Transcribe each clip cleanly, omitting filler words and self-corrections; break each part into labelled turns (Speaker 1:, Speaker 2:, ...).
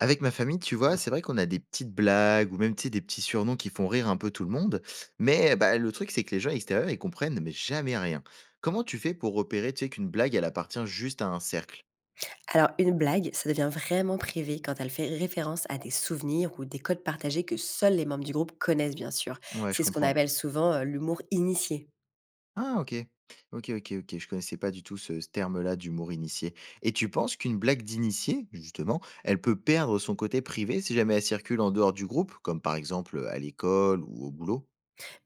Speaker 1: Avec ma famille, tu vois, c'est vrai qu'on a des petites blagues ou même, tu sais, des petits surnoms qui font rire un peu tout le monde. Mais bah, le truc, c'est que les gens extérieurs, ils comprennent mais jamais rien. Comment tu fais pour repérer, tu sais, qu'une blague, elle appartient juste à un cercle?
Speaker 2: Alors, une blague, ça devient vraiment privé quand elle fait référence à des souvenirs ou des codes partagés que seuls les membres du groupe connaissent, bien sûr.
Speaker 1: Ouais, je
Speaker 2: C'est ce qu'on
Speaker 1: comprends.
Speaker 2: appelle souvent l'humour initié.
Speaker 1: Ah, ok. Ok, ok, ok. Je connaissais pas du tout ce terme-là d'humour initié. Et tu penses qu'une blague d'initié, justement, elle peut perdre son côté privé si jamais elle circule en dehors du groupe, comme par exemple à l'école ou au boulot?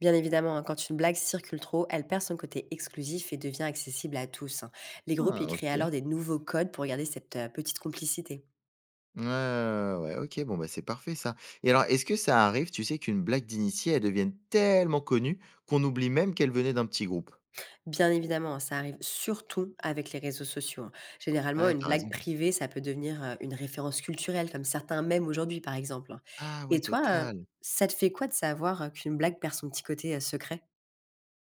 Speaker 2: Bien évidemment, hein, quand une blague circule trop, elle perd son côté exclusif et devient accessible à tous, hein. Les groupes y
Speaker 1: Ah,
Speaker 2: créent alors
Speaker 1: ok.
Speaker 2: des nouveaux codes pour garder cette petite complicité.
Speaker 1: Ouais, ouais, ouais, ouais, OK, bon, bah, c'est parfait ça. Et alors, est-ce que ça arrive, tu sais, qu'une blague d'initié, elle devienne tellement connue qu'on oublie même qu'elle venait d'un petit groupe?
Speaker 2: Bien évidemment, hein, ça arrive surtout avec les réseaux sociaux, hein. Généralement,
Speaker 1: Ouais,
Speaker 2: une
Speaker 1: t'as
Speaker 2: blague
Speaker 1: raison.
Speaker 2: privée, ça peut devenir, une référence culturelle comme certains mèmes aujourd'hui, par exemple, hein.
Speaker 1: Ah
Speaker 2: Et
Speaker 1: ouais,
Speaker 2: toi,
Speaker 1: total.
Speaker 2: ça te fait quoi de savoir, qu'une blague perd son petit côté, secret?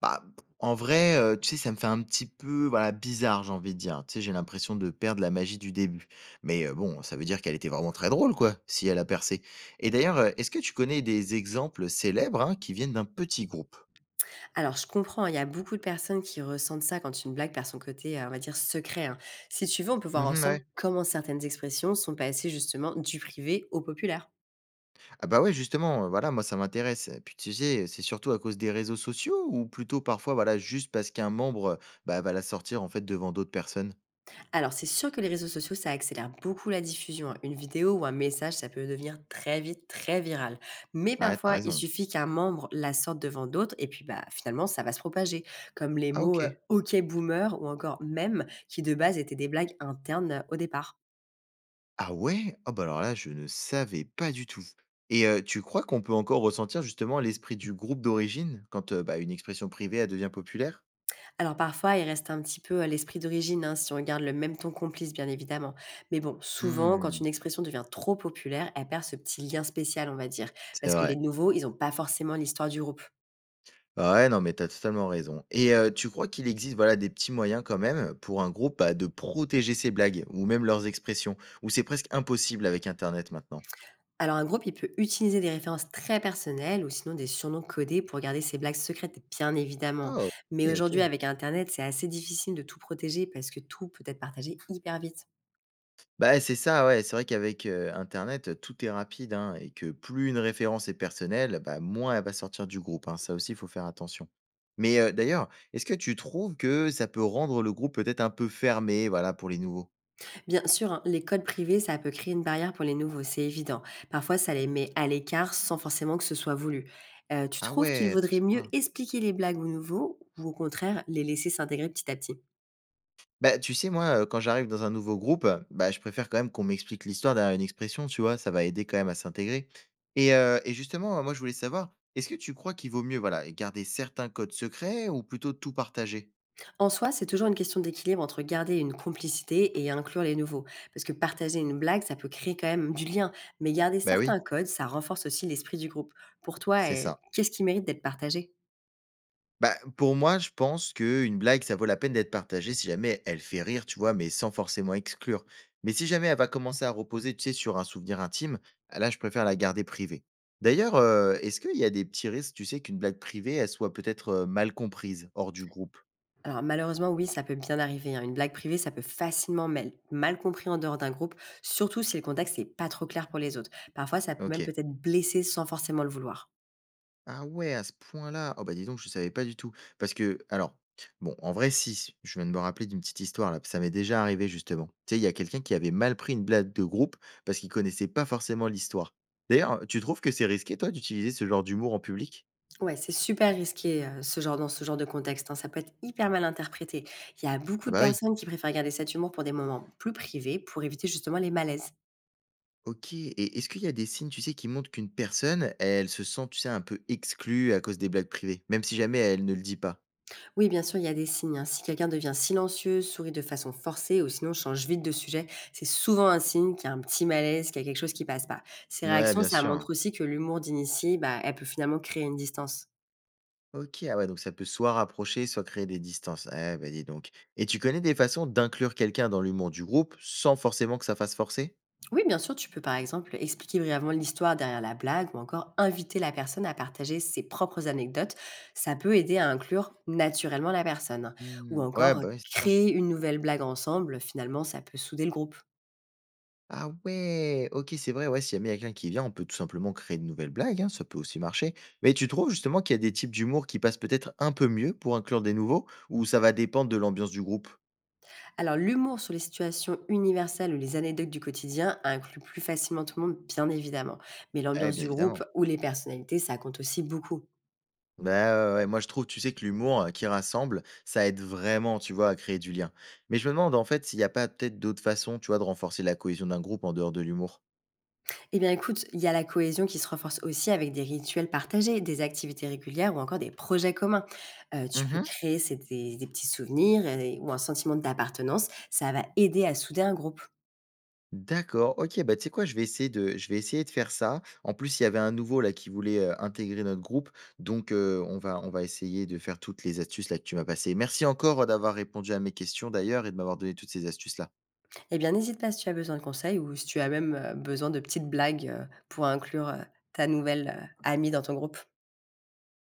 Speaker 1: Bah, en vrai, tu sais, ça me fait un petit peu, voilà, bizarre, j'ai envie de dire. Tu sais, j'ai l'impression de perdre la magie du début. Mais, bon, ça veut dire qu'elle était vraiment très drôle, quoi, si elle a percé. Et d'ailleurs, est-ce que tu connais des exemples célèbres, hein, qui viennent d'un petit groupe?
Speaker 2: Alors je comprends, hein, il y a beaucoup de personnes qui ressentent ça quand une blague perd son côté, on va dire secret, hein. Si tu veux, on peut voir
Speaker 1: Mmh
Speaker 2: ensemble
Speaker 1: ouais.
Speaker 2: comment certaines expressions sont passées justement du privé au populaire.
Speaker 1: Ah bah ouais, justement, voilà, moi ça m'intéresse. Puis tu sais, c'est surtout à cause des réseaux sociaux ou plutôt parfois, voilà, juste parce qu'un membre, bah, va la sortir en fait devant d'autres personnes?
Speaker 2: Alors, c'est sûr que les réseaux sociaux, ça accélère beaucoup la diffusion, hein. Une vidéo ou un message, ça peut devenir très vite, très viral. Mais
Speaker 1: Ah Ouais, t'as
Speaker 2: parfois, il
Speaker 1: raison.
Speaker 2: suffit qu'un membre la sorte devant d'autres, et puis bah, finalement, ça va se propager. Comme les
Speaker 1: Ah
Speaker 2: mots
Speaker 1: OK.
Speaker 2: OK boomer ou encore même, qui de base étaient des blagues internes au départ.
Speaker 1: Ah ouais? Ah bah alors là, je ne savais pas du tout. Et tu crois qu'on peut encore ressentir justement l'esprit du groupe d'origine quand, bah, une expression privée, elle devient populaire?
Speaker 2: Alors, parfois, il reste un petit peu l'esprit d'origine, hein, si on garde le même ton complice, bien évidemment. Mais bon, souvent, quand
Speaker 1: Mmh,
Speaker 2: une expression devient trop populaire, elle perd ce petit lien spécial, on va dire.
Speaker 1: c'est
Speaker 2: Parce que les
Speaker 1: vrai.
Speaker 2: nouveaux, ils n'ont pas forcément l'histoire du groupe.
Speaker 1: Ah ouais, non, mais tu as totalement raison. Et tu crois qu'il existe, voilà, des petits moyens quand même pour un groupe, bah, de protéger ses blagues ou même leurs expressions? Ou c'est presque impossible avec internet maintenant?
Speaker 2: Alors un groupe, il peut utiliser des références très personnelles ou sinon des surnoms codés pour garder ses blagues secrètes, bien évidemment.
Speaker 1: Oh,
Speaker 2: Mais
Speaker 1: OK,
Speaker 2: aujourd'hui,
Speaker 1: OK.
Speaker 2: avec Internet, c'est assez difficile de tout protéger parce que tout peut être partagé hyper vite.
Speaker 1: Bah, c'est ça, ouais, c'est vrai qu'avec, internet, tout est rapide, hein, et que plus une référence est personnelle, bah, moins elle va sortir du groupe, hein. Ça aussi, il faut faire attention. Mais, d'ailleurs, est-ce que tu trouves que ça peut rendre le groupe peut-être un peu fermé, voilà, pour les nouveaux?
Speaker 2: Bien sûr, hein, les codes privés, ça peut créer une barrière pour les nouveaux, c'est évident. Parfois, ça les met à l'écart sans forcément que ce soit voulu. Tu
Speaker 1: Ah
Speaker 2: trouves qu'il
Speaker 1: ouais, à
Speaker 2: vaudrait
Speaker 1: ce
Speaker 2: mieux
Speaker 1: point-là.
Speaker 2: expliquer les blagues aux nouveaux ou au contraire les laisser s'intégrer petit à petit?
Speaker 1: Bah, tu sais, moi, quand j'arrive dans un nouveau groupe, bah, je préfère quand même qu'on m'explique l'histoire derrière une expression, tu vois? Ça va aider quand même à s'intégrer. Et justement, moi, je voulais savoir, est-ce que tu crois qu'il vaut mieux, voilà, garder certains codes secrets ou plutôt tout partager?
Speaker 2: En soi, c'est toujours une question d'équilibre entre garder une complicité et inclure les nouveaux. Parce que partager une blague, ça peut créer quand même du lien. Mais garder
Speaker 1: Bah oui,
Speaker 2: certains codes, ça renforce aussi l'esprit du groupe. Pour toi,
Speaker 1: c'est ça.
Speaker 2: qu'est-ce qui mérite d'être partagé?
Speaker 1: Bah, pour moi, je pense qu'une blague, ça vaut la peine d'être partagée si jamais elle fait rire, tu vois, mais sans forcément exclure. Mais si jamais elle va commencer à reposer, tu sais, sur un souvenir intime, ah là, je préfère la garder privée. D'ailleurs, est-ce qu'il y a des petits risques, tu sais, qu'une blague privée, elle soit peut-être mal comprise hors du groupe?
Speaker 2: Alors malheureusement, oui, ça peut bien arriver, hein. Une blague privée, ça peut facilement mal compris en dehors d'un groupe, surtout si le contexte n'est pas trop clair pour les autres. Parfois, ça peut
Speaker 1: Ok.
Speaker 2: même peut-être blesser sans forcément le vouloir.
Speaker 1: Ah ouais, à ce point-là! Oh bah, dis donc, je savais pas du tout. Parce que alors, bon, en vrai si, je viens de me rappeler d'une petite histoire là, ça m'est déjà arrivé justement. Tu sais, il y a quelqu'un qui avait mal pris une blague de groupe parce qu'il connaissait pas forcément l'histoire. D'ailleurs, tu trouves que c'est risqué toi d'utiliser ce genre d'humour en public?
Speaker 2: Ouais, c'est super risqué, ce genre dans ce genre de contexte, hein. Ça peut être hyper mal interprété. Il y a beaucoup
Speaker 1: Ah
Speaker 2: de
Speaker 1: bah, oui.
Speaker 2: personnes qui préfèrent garder cet humour pour des moments plus privés, pour éviter justement les malaises.
Speaker 1: OK, et est-ce qu'il y a des signes, tu sais, qui montrent qu'une personne, elle se sent, tu sais, un peu exclue à cause des blagues privées, même si jamais elle ne le dit pas?
Speaker 2: Oui, bien sûr, il y a des signes, hein. Si quelqu'un devient silencieux, sourit de façon forcée ou sinon change vite de sujet, c'est souvent un signe qu'il y a un petit malaise, qu'il y a quelque chose qui passe pas. Ces
Speaker 1: Ouais,
Speaker 2: réactions,
Speaker 1: bien
Speaker 2: ça
Speaker 1: sûr.
Speaker 2: montre aussi que l'humour d'initié, bah, elle peut finalement créer une distance.
Speaker 1: OK, ah ouais, donc ça peut soit rapprocher, soit créer des distances. Eh ben dis donc. Et tu connais des façons d'inclure quelqu'un dans l'humour du groupe sans forcément que ça fasse forcer?
Speaker 2: Oui, bien sûr, tu peux par exemple expliquer brièvement l'histoire derrière la blague ou encore inviter la personne à partager ses propres anecdotes. Ça peut aider à inclure naturellement la personne. Ou
Speaker 1: Mmh, ouais,
Speaker 2: encore
Speaker 1: bah, oui, c'est sûr.
Speaker 2: créer une nouvelle blague ensemble, finalement, ça peut souder le groupe.
Speaker 1: Ah ouais, OK, c'est vrai, ouais, s'il y a quelqu'un qui vient, on peut tout simplement créer de nouvelles blagues, hein, ça peut aussi marcher. Mais tu trouves justement qu'il y a des types d'humour qui passent peut-être un peu mieux pour inclure des nouveaux, ou ça va dépendre de l'ambiance du groupe?
Speaker 2: Alors l'humour sur les situations universelles ou les anecdotes du quotidien inclut plus facilement tout le monde, bien évidemment. Mais
Speaker 1: Eh,
Speaker 2: l'ambiance
Speaker 1: bien
Speaker 2: du groupe
Speaker 1: évidemment.
Speaker 2: ou les personnalités, ça compte aussi beaucoup.
Speaker 1: Bah, ouais, ouais, moi je trouve, tu sais, que l'humour, qui rassemble, ça aide vraiment, tu vois, à créer du lien. Mais je me demande, en fait, s'il y a pas peut-être d'autres façons, tu vois, de renforcer la cohésion d'un groupe en dehors de l'humour?
Speaker 2: Eh bien, écoute, il y a la cohésion qui se renforce aussi avec des rituels partagés, des activités régulières ou encore des projets communs. Tu peux
Speaker 1: Mmh.
Speaker 2: créer des petits souvenirs ou un sentiment d'appartenance. Ça va aider à souder un groupe.
Speaker 1: D'accord, OK, bah, tu sais quoi? Je vais essayer de faire ça. En plus, il y avait un nouveau là qui voulait, intégrer notre groupe, donc on va essayer de faire toutes les astuces là que tu m'as passées. Merci encore, d'avoir répondu à mes questions d'ailleurs et de m'avoir donné toutes ces astuces là.
Speaker 2: Eh bien, n'hésite pas si tu as besoin de conseils ou si tu as même besoin de petites blagues pour inclure ta nouvelle amie dans ton groupe.